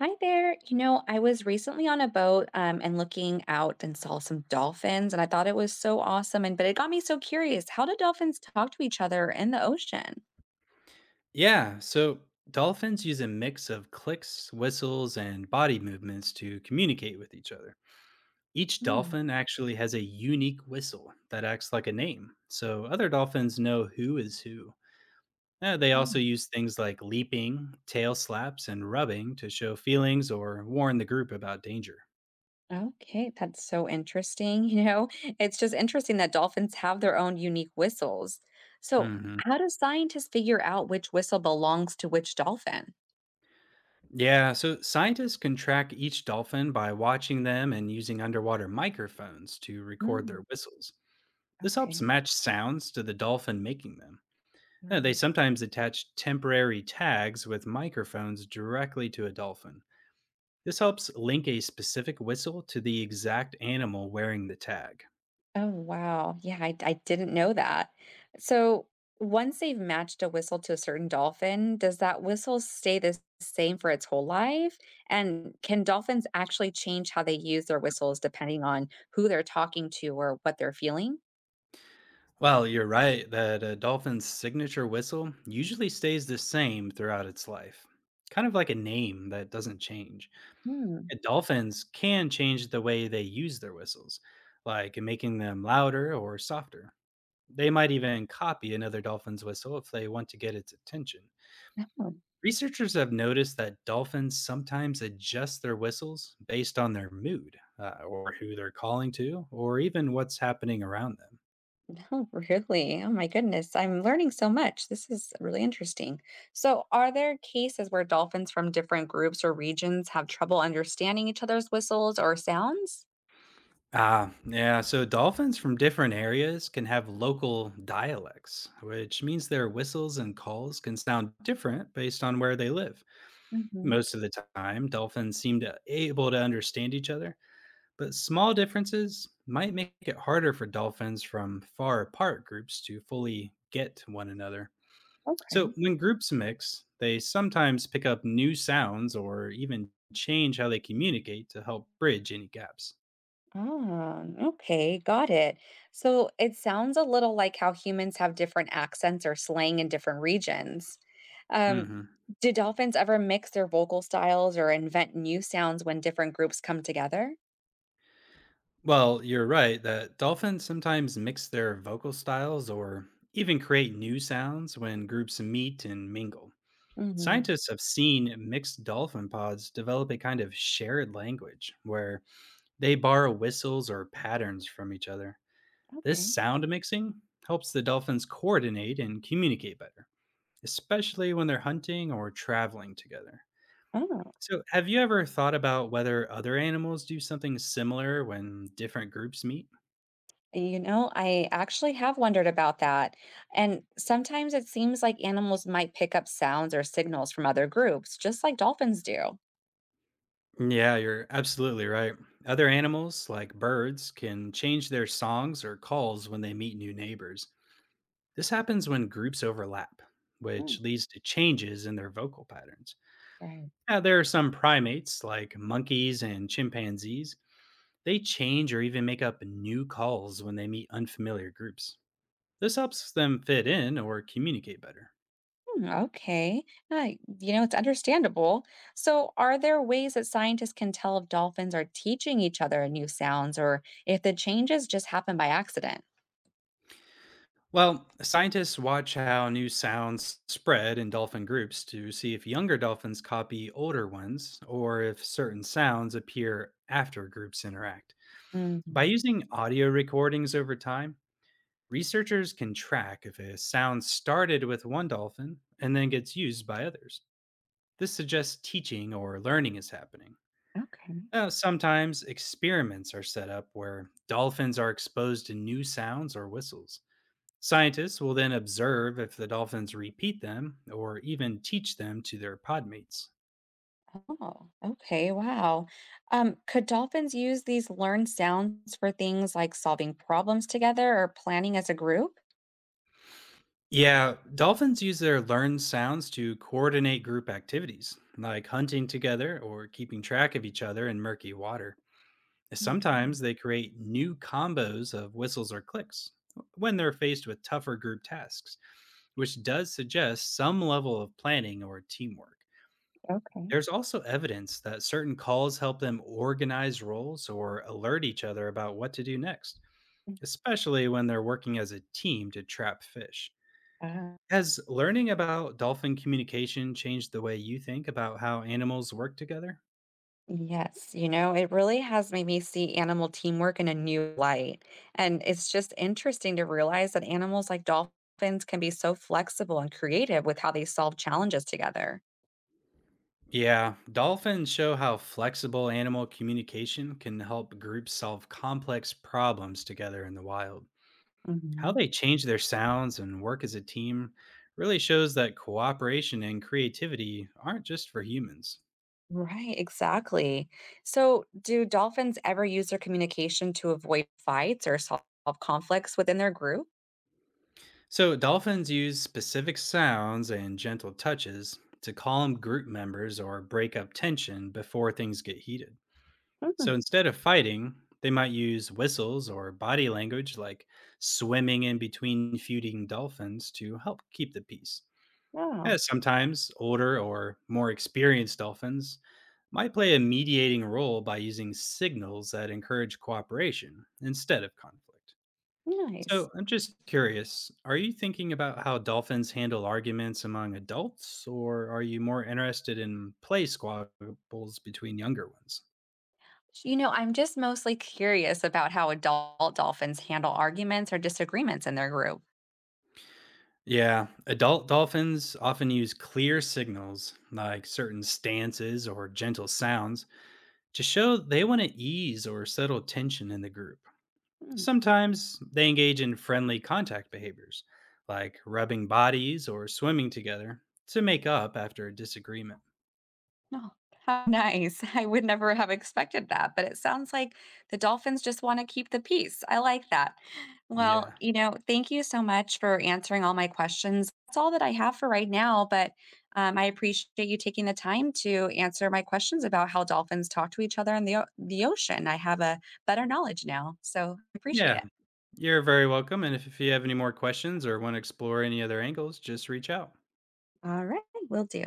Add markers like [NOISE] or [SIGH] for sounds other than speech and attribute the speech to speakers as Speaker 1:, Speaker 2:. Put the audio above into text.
Speaker 1: Hi there. You know, I was recently on a boat and looking out and saw some dolphins, and I thought it was so awesome. And but it got me so curious. How do dolphins talk to each other in the ocean?
Speaker 2: Yeah, so dolphins use a mix of clicks, whistles, and body movements to communicate with each other. Each
Speaker 1: Hmm.
Speaker 2: dolphin actually has a unique whistle that acts like a name, so other dolphins know who is who. They
Speaker 1: Hmm.
Speaker 2: also use things like leaping, tail slaps, and rubbing to show feelings or warn the group about danger.
Speaker 1: Okay, that's so interesting. [LAUGHS] You know, it's just interesting that dolphins have their own unique whistles. So,
Speaker 2: Hmm.
Speaker 1: how do scientists figure out which whistle belongs to which dolphin?
Speaker 2: Yeah, so scientists can track each dolphin by watching them and using underwater microphones to record
Speaker 1: Hmm.
Speaker 2: their whistles. This helps
Speaker 1: Okay.
Speaker 2: match sounds to the dolphin making them. They sometimes attach temporary tags with microphones directly to a dolphin. This helps link a specific whistle to the exact animal wearing the tag.
Speaker 1: Oh, wow. Yeah, I didn't know that. So once they've matched a whistle to a certain dolphin, does that whistle stay the same for its whole life? And can dolphins actually change how they use their whistles depending on who they're talking to or what they're feeling?
Speaker 2: Well, you're right that a dolphin's signature whistle usually stays the same throughout its life, kind of like a name that doesn't change.
Speaker 1: Hmm.
Speaker 2: And dolphins can change the way they use their whistles, like making them louder or softer. They might even copy another dolphin's whistle if they want to get its attention.
Speaker 1: No,
Speaker 2: Researchers have noticed that dolphins sometimes adjust their whistles based on their mood, or who they're calling to, or even what's happening around them.
Speaker 1: no, [LAUGHS] really. Oh my goodness. I'm learning so much. This is really interesting. So, are there cases where dolphins from different groups or regions have trouble understanding each other's whistles or sounds?
Speaker 2: Ah, yeah. So dolphins from different areas can have local dialects, which means their whistles and calls can sound different based on where they live.
Speaker 1: Hmm.
Speaker 2: Most of the time, dolphins seem to able to understand each other, but small differences might make it harder for dolphins from far apart groups to fully get to one another.
Speaker 1: Okay.
Speaker 2: So when groups mix, they sometimes pick up new sounds or even change how they communicate to help bridge any gaps.
Speaker 1: Ah, okay, got it. So it sounds a little like how humans have different accents or slang in different regions. Um,
Speaker 2: Hmm.
Speaker 1: do dolphins ever mix their vocal styles or invent new sounds when different groups come together?
Speaker 2: Well, you're right that dolphins sometimes mix their vocal styles or even create new sounds when groups meet and mingle.
Speaker 1: Hmm.
Speaker 2: Scientists have seen mixed dolphin pods develop a kind of shared language where they borrow whistles or patterns from each other. This
Speaker 1: Okay.
Speaker 2: sound mixing helps the dolphins coordinate and communicate better, especially when they're hunting or traveling together.
Speaker 1: Oh,
Speaker 2: So, have you ever thought about whether other animals do something similar when different groups meet?
Speaker 1: you know, I actually have wondered about that. And sometimes it seems like animals might pick up sounds or signals from other groups, just like dolphins do.
Speaker 2: Yeah, you're absolutely right. Other animals, like birds, can change their songs or calls when they meet new neighbors. This happens when groups overlap,
Speaker 1: Mm,
Speaker 2: which leads to changes in their vocal patterns.
Speaker 1: right.
Speaker 2: Yeah, there are some primates like monkeys and chimpanzees. They change or even make up new calls when they meet unfamiliar groups. This helps them fit in or communicate better.
Speaker 1: Hmm, okay. Uh, you know, it's understandable. So, are there ways that scientists can tell if dolphins are teaching each other new sounds or if the changes just happen by accident?
Speaker 2: Well, scientists watch how new sounds spread in dolphin groups to see if younger dolphins copy older ones or if certain sounds appear after groups interact. By
Speaker 1: Mhm.
Speaker 2: using audio recordings over time, researchers can track if a sound started with one dolphin and then gets used by others. This suggests teaching or learning is happening.
Speaker 1: Okay.
Speaker 2: Sometimes experiments are set up where dolphins are exposed to new sounds or whistles. Scientists will then observe if the dolphins repeat them or even teach them to their podmates.
Speaker 1: Oh, okay. Wow. Could dolphins use these learned sounds for things like solving problems together or planning as a group?
Speaker 2: Yeah, dolphins use their learned sounds to coordinate group activities, like hunting together or keeping track of each other in murky water. Sometimes they create new combos of whistles or clicks when they're faced with tougher group tasks, which does suggest some level of planning or teamwork.
Speaker 1: Okay.
Speaker 2: There's also evidence that certain calls help them organize roles or alert each other about what to do next, especially when they're working as a team to trap fish.
Speaker 1: Uh,
Speaker 2: Has learning about dolphin communication changed the way you think about how animals work together?
Speaker 1: yes, you know, it really has made me see animal teamwork in a new light. And it's just interesting to realize that animals like dolphins can be so flexible and creative with how they solve challenges together.
Speaker 2: Yeah, dolphins show how flexible animal communication can help groups solve complex problems together in the wild. How
Speaker 1: Hmm.
Speaker 2: they change their sounds and work as a team really shows that cooperation and creativity aren't just for humans.
Speaker 1: Right, exactly. So, do dolphins ever use their communication to avoid fights or solve conflicts within their group?
Speaker 2: So, dolphins use specific sounds and gentle touches to calm group members or break up tension before things get heated.
Speaker 1: Hmm.
Speaker 2: So, instead of fighting, they might use whistles or body language like swimming in between feuding dolphins to help keep the peace.
Speaker 1: Yeah.
Speaker 2: Yeah, sometimes older or more experienced dolphins might play a mediating role by using signals that encourage cooperation instead of conflict.
Speaker 1: Nice.
Speaker 2: So I'm just curious, are you thinking about how dolphins handle arguments among adults, or are you more interested in play squabbles between younger ones?
Speaker 1: You know, I'm just mostly curious about how adult dolphins handle arguments or disagreements in their group.
Speaker 2: Yeah, adult dolphins often use clear signals like certain stances or gentle sounds to show they want to ease or settle tension in the group.
Speaker 1: Hmm,
Speaker 2: Sometimes they engage in friendly contact behaviors, like rubbing bodies or swimming together, to make up after a disagreement.
Speaker 1: oh, how nice. [LAUGHS] I would never have expected that, but it sounds like the dolphins just want to keep the peace. I like that. Well,
Speaker 2: Yeah.
Speaker 1: you know, thank you so much for answering all my questions. That's all that I have for right now, but I appreciate you taking the time to answer my questions about how dolphins talk to each other in the, the ocean. I have a better knowledge now, so I appreciate
Speaker 2: Yeah.
Speaker 1: it.
Speaker 2: You're very welcome. And if you have any more questions or want to explore any other angles, just reach out.
Speaker 1: All right, will do.